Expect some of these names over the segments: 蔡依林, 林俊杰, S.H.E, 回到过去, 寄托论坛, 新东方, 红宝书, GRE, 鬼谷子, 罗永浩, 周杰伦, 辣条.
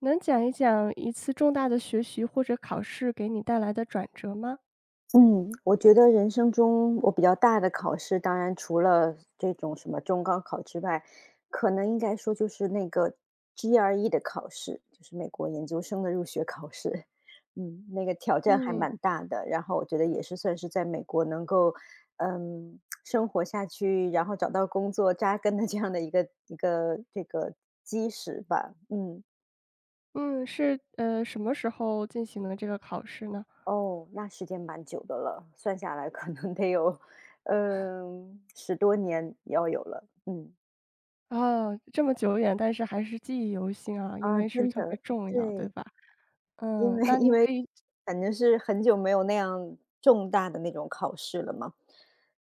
能讲一讲一次重大的学习或者考试给你带来的转折吗？嗯，我觉得人生中我比较大的考试，当然除了这种什么中高考之外，可能应该说就是那个 GRE 的考试，就是美国研究生的入学考试。那个挑战还嗯，蛮大的，然后我觉得也是算是在美国能够，生活下去，然后找到工作扎根的这样的一个一个这个基石吧。嗯。嗯，是，什么时候进行的这个考试呢？哦，那时间蛮久的了，算下来可能得有，10多年要有了，嗯。哦，这么久远，但是还是记忆犹新啊，因啊，为是真特别的，重要，对对，吧？因嗯，为那因您为可以反正是很久没有那样重大的那种考试了嘛。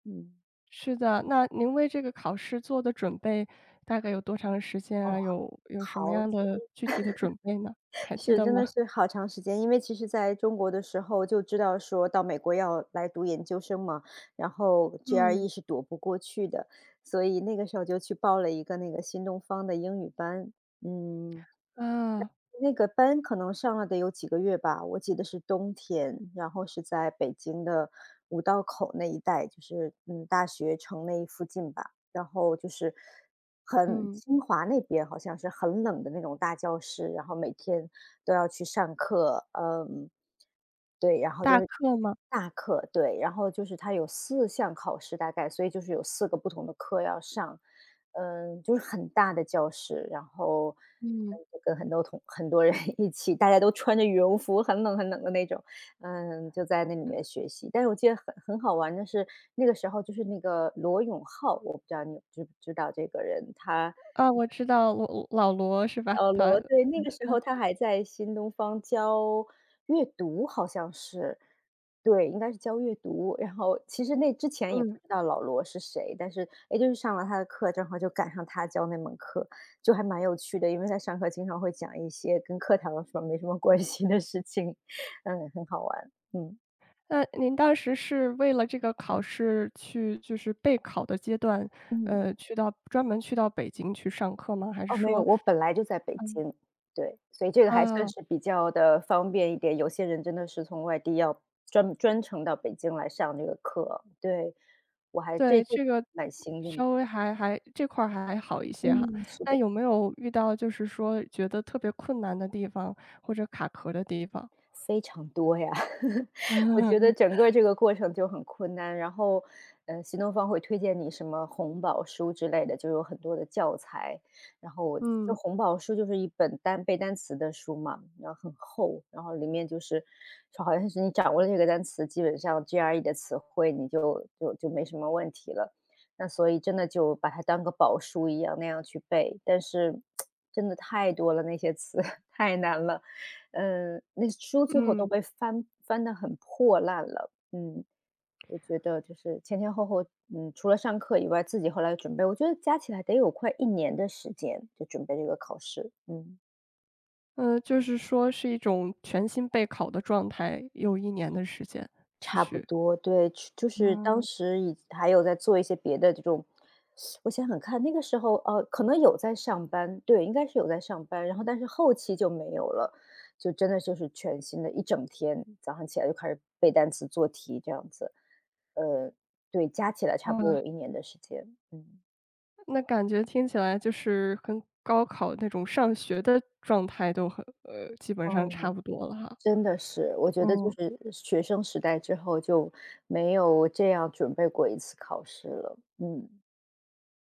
嗯，是的，那您为这个考试做的准备大概有多长时间哦，啊？有什么好样的久，具体的准备呢？还记是，得真的吗？是好长时间。因为其实在中国的时候就知道说到美国要来读研究生嘛，然后 嗯，GRE 是躲不过去的，所以那个时候就去报了一个那个新东方的英语班，嗯。啊，那个班可能上了得有几个月吧，我记得是冬天，然后是在北京的五道口那一带，就是大学城那一附近吧。然后就是很嗯，清华那边好像是很冷的那种大教室，然后每天都要去上课，嗯，对，然后就大是课吗？大课，对，然后就是它有四项考试大概，所以就是有四个不同的课要上。嗯，就是很大的教室，然后，嗯，就跟很多很多人 一起，大家都穿着羽绒服，很冷很冷的那种，就在那里面学习。但是我记得很好玩的是，那个时候就是那个罗永浩，我不知道你知不知道这个人，他啊，我知道我老罗是吧？老罗，他对，那个时候他还在新东方教阅读，好像是。对，应该是教阅读，然后其实那之前也嗯，不知道老罗是谁，但是也就是上了他的课，正好就赶上他教那门课，就还蛮有趣的。因为他上课经常会讲一些跟课堂上没什么关系的事情，嗯，很好玩，嗯，那您当时是为了这个考试去就是备考的阶段，嗯。去到专门去到北京去上课吗？还是哦，没有，说，我本来就在北嗯，京，对，所以这个还算啊。是比较的方便一点。有些人真的是从外地要专程到北京来上这个课，对，我还这对，这这个蛮幸运稍的。微还还这块儿还好一些哈。嗯，是那的。有没有遇到就是说觉得特别困难的地方或者卡壳的地方？非常多呀，我觉得 整个这个过程就很困难。然后，行动方会推荐你什么红宝书之类的，就有很多的教材。然后我就嗯，红宝书就是一本单背单词的书嘛，然后很厚，然后里面就是说好像是你掌握了这个单词，基本上 GRE 的词汇你就没什么问题了。那所以真的就把它当个宝书一样那样去背，但是 真的太多了，那些词 太难了。嗯，那书最后都嗯，被翻得很破烂了。嗯，我觉得就是前前后后，除了上课以外，自己后来准备，我觉得加起来得有快一年的时间，就准备这个考试。嗯，嗯，就是说是一种全新备考的状态，有一年的时间持差不续。多，对，就是当嗯，时已还有在做一些别的这种我想想看，那个时候，可能有在上班，对，应该是有在上班，然后但是后期就没有了，就真的就是全新的一整天，早上起来就开始背单词、做题这样子。呃，对，加起来差不多哇，有一年的时间，嗯。那感觉听起来就是跟高考那种上学的状态都很基本上差哦。不多了哈。真的是，我觉得就嗯。是学生时代之后就没有这样准备过一次考试了，嗯。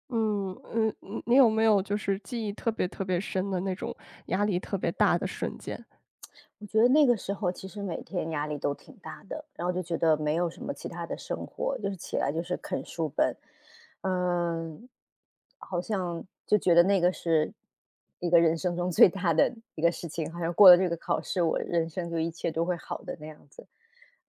嗯，你有没有就是记忆特别特别深的那种压力特别大的瞬间？我觉得那个时候其实每天压力都挺大的，然后就觉得没有什么其他的生活，就是起来就是啃书本，嗯，好像就觉得那个是一个人生中最大的一个事情，好像过了这个考试，我人生就一切都会好的那样子。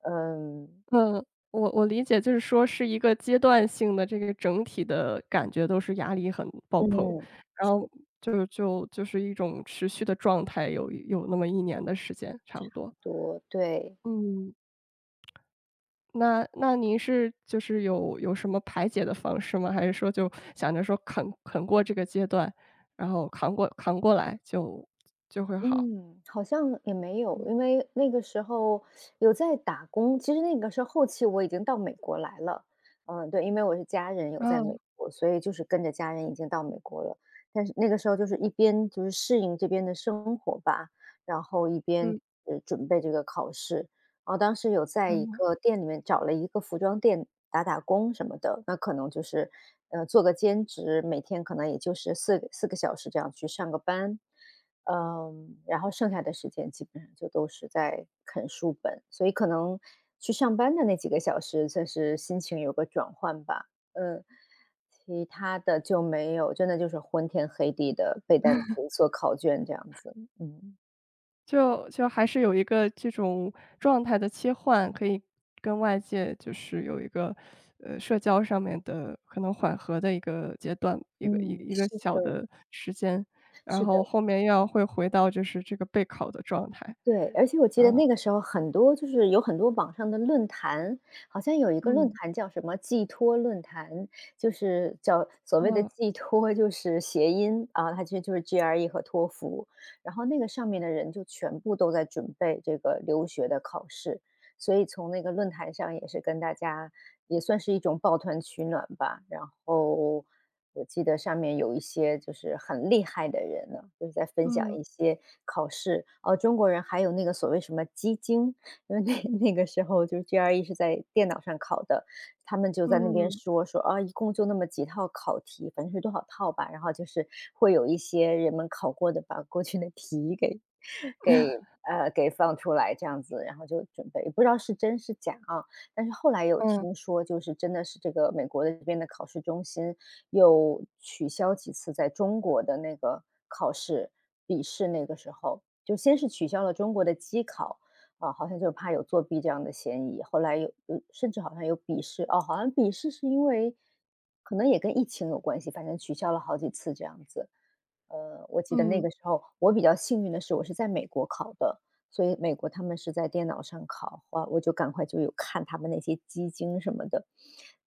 嗯嗯，我理解就是说是一个阶段性的这个整体的感觉都是压力很爆棚，嗯，然后是就是一种持续的状态有那么一年的时间差不多。多对。嗯，那那您是就是有什么排解的方式吗？还是说就想着说啃过这个阶段，然后扛过来就就会好？嗯，好像也没有，嗯。因为那个时候有在打工。其实那个时候后期我已经到美国来了，嗯，对，因为我是家人有在美国，所以就是跟着家人已经到美国了。但是那个时候就是一边就是适应这边的生活吧，然后一边嗯，准备这个考试。然后当时有在一个店里面找了一个服装店打打工什么的，那可能就是做个兼职，每天可能也就是四个小时这样去上个班。嗯，然后剩下的时间基本上就都是在啃书本，所以可能去上班的那几个小时，算是心情有个转换吧。嗯，其他的就没有，真的就是昏天黑地的背单词、做考卷这样子。嗯就就还是有一个这种状态的切换，可以跟外界就是有一个，社交上面的可能缓和的一个阶段，一个一嗯，一个是小的，的时间，然是的。后后面又要会回到就是这个备考的状态。对，而且我记得那个时候很多就是有很多网上的论坛，好像有一个论嗯，坛叫什么寄托论坛，就是叫所谓的那寄托就是谐音啊，它其实就是 GRE 和托福，然后那个上面的人就全部都在准备这个留学的考试，所以从那个论坛上也是跟大家也算是一种抱团取暖吧。然后我记得上面有一些就是很厉害的人呢，就是在分享嗯一些考试。哦，中国人还有那个所谓什么基金，因为那 那个时候就是 GRE 是在电脑上考的，他们就在那边嗯说说啊，一共就那么几套考题，反正是多少套吧。然后就是会有一些人们考过的，把过去的题给 给放出来这样子，然后就准备，不知道是真是假啊。但是后来有嗯听说，就是真的是这个美国的这边的考试中心又取消几次在中国的那个考试笔试，那个时候就先是取消了中国的机考，啊，好像就怕有作弊这样的嫌疑，后来有甚至好像有笔试，哦，好像笔试是因为可能也跟疫情有关系，反正取消了好几次这样子。我记得那嗯，个时候我比较幸运的是，我是在美国考的，所以美国他们是在电脑上考，哇，我就赶快就有看他们那些基金什么的，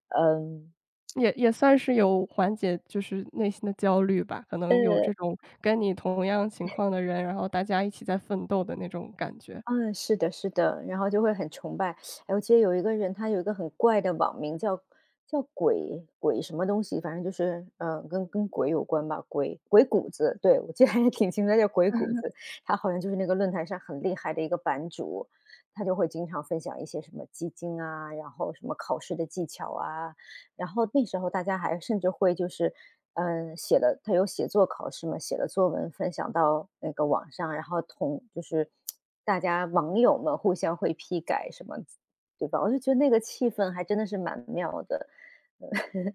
嗯，也也算是有缓解就是内心的焦虑吧，可能有呃，这种跟你同样情况的人，然后大家一起在奋斗的那种感觉。嗯，是的，是的，然后就会很崇拜。哎，我记得有一个人，他有一个很怪的网名叫鬼鬼什么东西，反正就是跟鬼有关吧，鬼谷子，对我记得还是挺清楚，他叫鬼谷子，他好像就是那个论坛上很厉害的一个版主，他就会经常分享一些什么基金啊，然后什么考试的技巧啊，然后那时候大家还甚至会就是，写了他有写作考试嘛，写了作文分享到那个网上，然后就是大家网友们互相会批改什么，对吧？我就觉得那个气氛还真的是蛮妙的，呃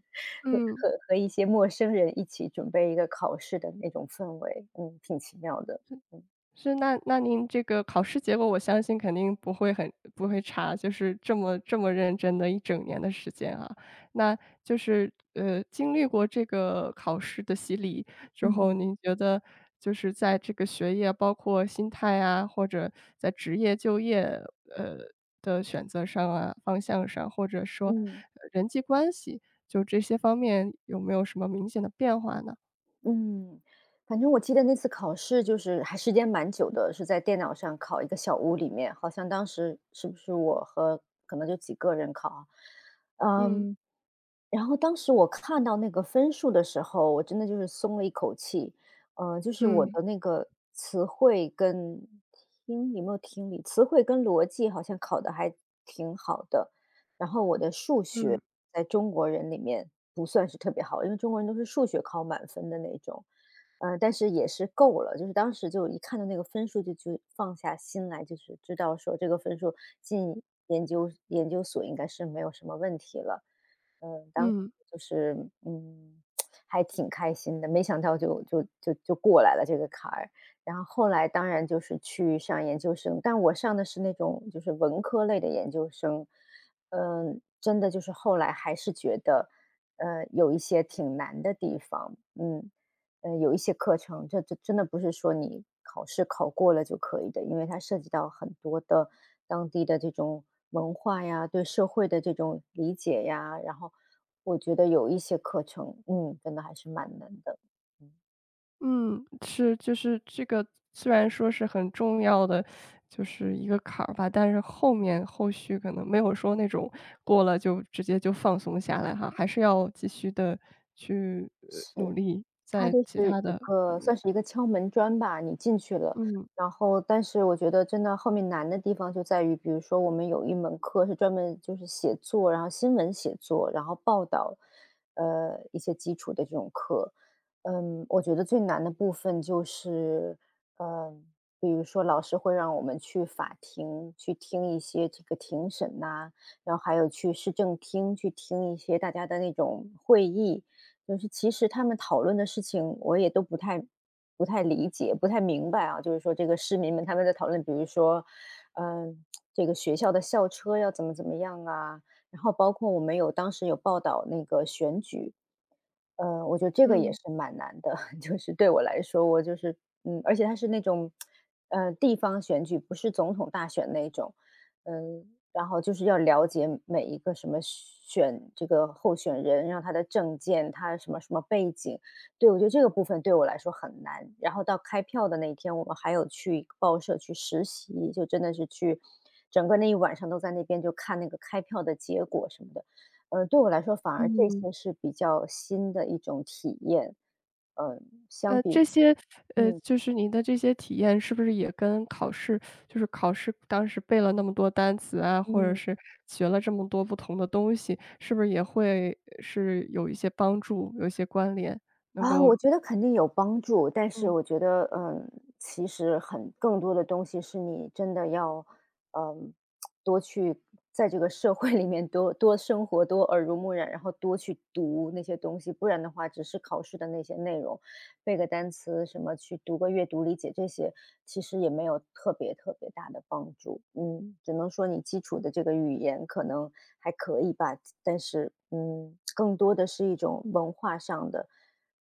和嗯。和和一些陌生人一起准备一个考试的那种氛围，嗯，挺奇妙的，嗯。是，那那您这个考试结果，我相信肯定不会很不会差，就是这么这么认真的一整年的时间啊。那就是经历过这个考试的洗礼之后，嗯您觉得就是在这个学业，包括心态啊，或者在职业就业呃的选择上啊、方向上，或者说嗯。人际关系，就这些方面有没有什么明显的变化呢？嗯，反正我记得那次考试就是还时间蛮久的，是在电脑上考一个小屋里面，好像当时是不是我和可能就几个人考啊。嗯嗯，然后当时我看到那个分数的时候，我真的就是松了一口气。就是我嗯的那个词汇跟听有没有听力，词汇跟逻辑好像考的还挺好的。然后我的数嗯学在中国人里面不算是特别好，因为中国人都是数学考满分的那种。但是也是够了，就是当时就一看到那个分数就放下心来，就是知道说这个分数进研究所应该是没有什么问题了。嗯，当时嗯。就是嗯，还挺开心的，没想到就过来了这个坎儿。然后后来当然就是去上研究生，但我上的是那种就是文科类的研究生。嗯，真的就是后来还是觉得，有一些挺难的地方。有一些课程，这真的不是说你考试考过了就可以的，因为它涉及到很多的当地的这种文化呀，对社会的这种理解呀。然后我觉得有一些课程，嗯，真的还是蛮难的。嗯，嗯，是，就是这个虽然说是很重要的，就是一个坎儿吧，但是后面后续可能没有说那种过了就直接就放松下来哈，还是要继续的去，努是。力它在就其是他一的方个算面，是一个敲门砖吧，你进去了。嗯。然后但是我觉得真的后面难的地方就在于，比如说我们有一门课是专门就是写作，然后新闻写作，然后报道，一些基础的这种课。嗯，我觉得最难的部分就是，嗯、比如说老师会让我们去法庭去听一些这个庭审呐、然后还有去市政厅去听一些大家的那种会议。就是其实他们讨论的事情我也都不太理解、不太明白啊。就是说这个市民们他们在讨论，比如说，嗯、这个学校的校车要怎么怎么样啊，然后包括我们有当时有报道那个选举。我觉得这个也嗯，是蛮难的，就是对我来说，我就是嗯，而且它是那种，地方选举，不是总统大选那种。嗯，然后就是要了解每一个什么选这个候选人，然后他的证件，他什么什么背景。对，我觉得这个部分对我来说很难。然后到开票的那一天，我们还有去报社去实习，就真的是去整个那一晚上都在那边就看那个开票的结果什么的。对我来说反而这嗯。些是比较新的一种体验。呃，相这比些嗯，就是你的这些体验是不是也跟考试就是考试当时背了那么多单词啊，或者嗯。是学了这么多不同的东西，是不是也会是有一些帮助，有一些关联？能啊，我够觉得肯定有帮助，但是嗯我觉得，嗯，其实更多的东西是你真的要，嗯，多去在这个社会里面多多生活，多耳濡目染，然后多去读那些东西。不然的话，只是考试的那些内容，背个单词什么，去读个阅读理解这些，其实也没有特别大的帮助。嗯，只能说你基础的这个语言可能还可以吧。但是，嗯，更多的是一种文化上的。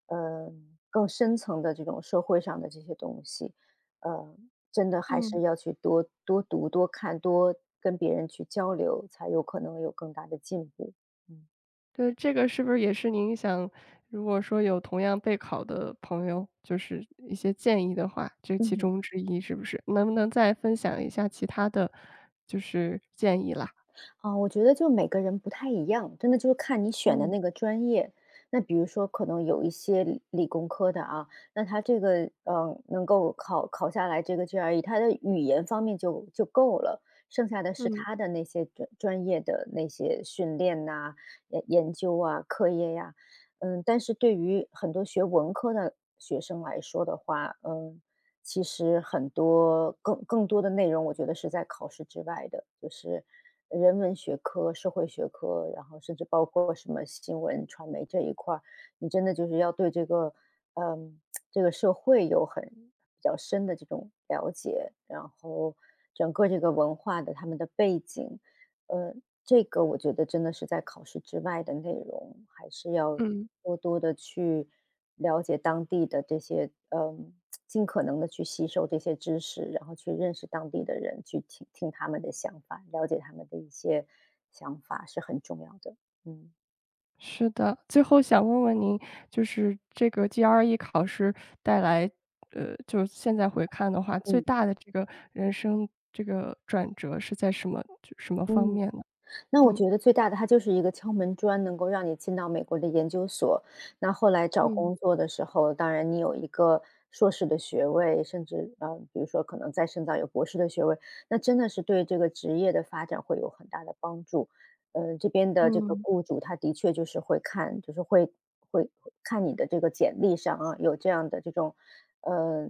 呃，更深层的这种社会上的这些东西，呃，真的还嗯，是要去多多读、多看、多跟别人去交流，才有可能有更大的进步。嗯。对，这个是不是也是您想如果说有同样备考的朋友，就是一些建议的话，这嗯其哼。中之一是不是？能不能再分享一下其他的就是建议啦？啊，我觉得就每个人不太一样，真的就是看你选的嗯那个专业。那比如说，可能有一些理工科的啊，那他这个嗯，能够考下来这个 GRE，他的语言方面就够了。剩下的是嗯他的那些专业的那些训练呐、研究啊、课业呀。嗯，但是对于很多学文科的学生来说的话，嗯。其实很多更多的内容，我觉得是在考试之外的，就是人文学科、社会学科，然后甚至包括什么新闻传媒这一块儿。你真的就是要对这个，嗯，这个社会有很比较深的这种了解，然后整个这个文化的他们的背景。呃，这个我觉得真的是在考试之外的内容，还是要嗯。多多的去了解当地的这些。嗯。尽可能的去吸收这些知识，然后去认识当地的人，去听听他们的想法，了解他们的一些想法是很重要的。嗯。是的，最后想问问您，就是这个 GRE 考试带来，就是现在回看的话，最嗯大的这个人生这个转折是在什么就什么方嗯。面呢？那我嗯觉得最大的它就是一个敲门砖，能够让你进到美国的研究所。那后来找嗯工作的时候，当然你有一个硕士的学位，甚至呃，比如说可能再深造有博士的学位，那真的是对这个职业的发展会有很大的帮助。呃，这边的这个嗯雇主他的确就是会看，就是会看你的这个简历上啊，有这样的这种，呃，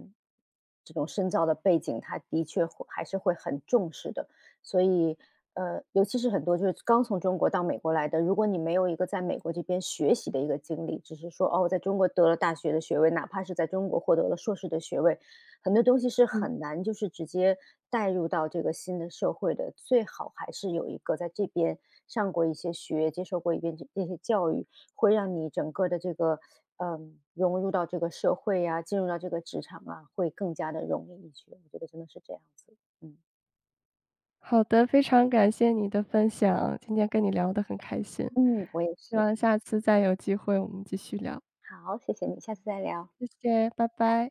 这种深造的背景，他的确会还是会很重视的。所以，呃，尤其是很多就是刚从中国到美国来的，如果你没有一个在美国这边学习的一个经历，只是说哦，我在中国得了大学的学位，哪怕是在中国获得了硕士的学位，很多东西是嗯，很难就是直接带入到这个新的社会的。最好还是有一个在这边上过一些学，接受过一遍这些教育，会让你整个的这个嗯融入到这个社会呀、进入到这个职场啊，会更加的容易一些。我觉得真的是这样子。嗯。好的，非常感谢你的分享，今天跟你聊得很开心，嗯，我也希是。望下次再有机会我们继续聊，好，谢谢你，下次再聊。谢谢，拜拜。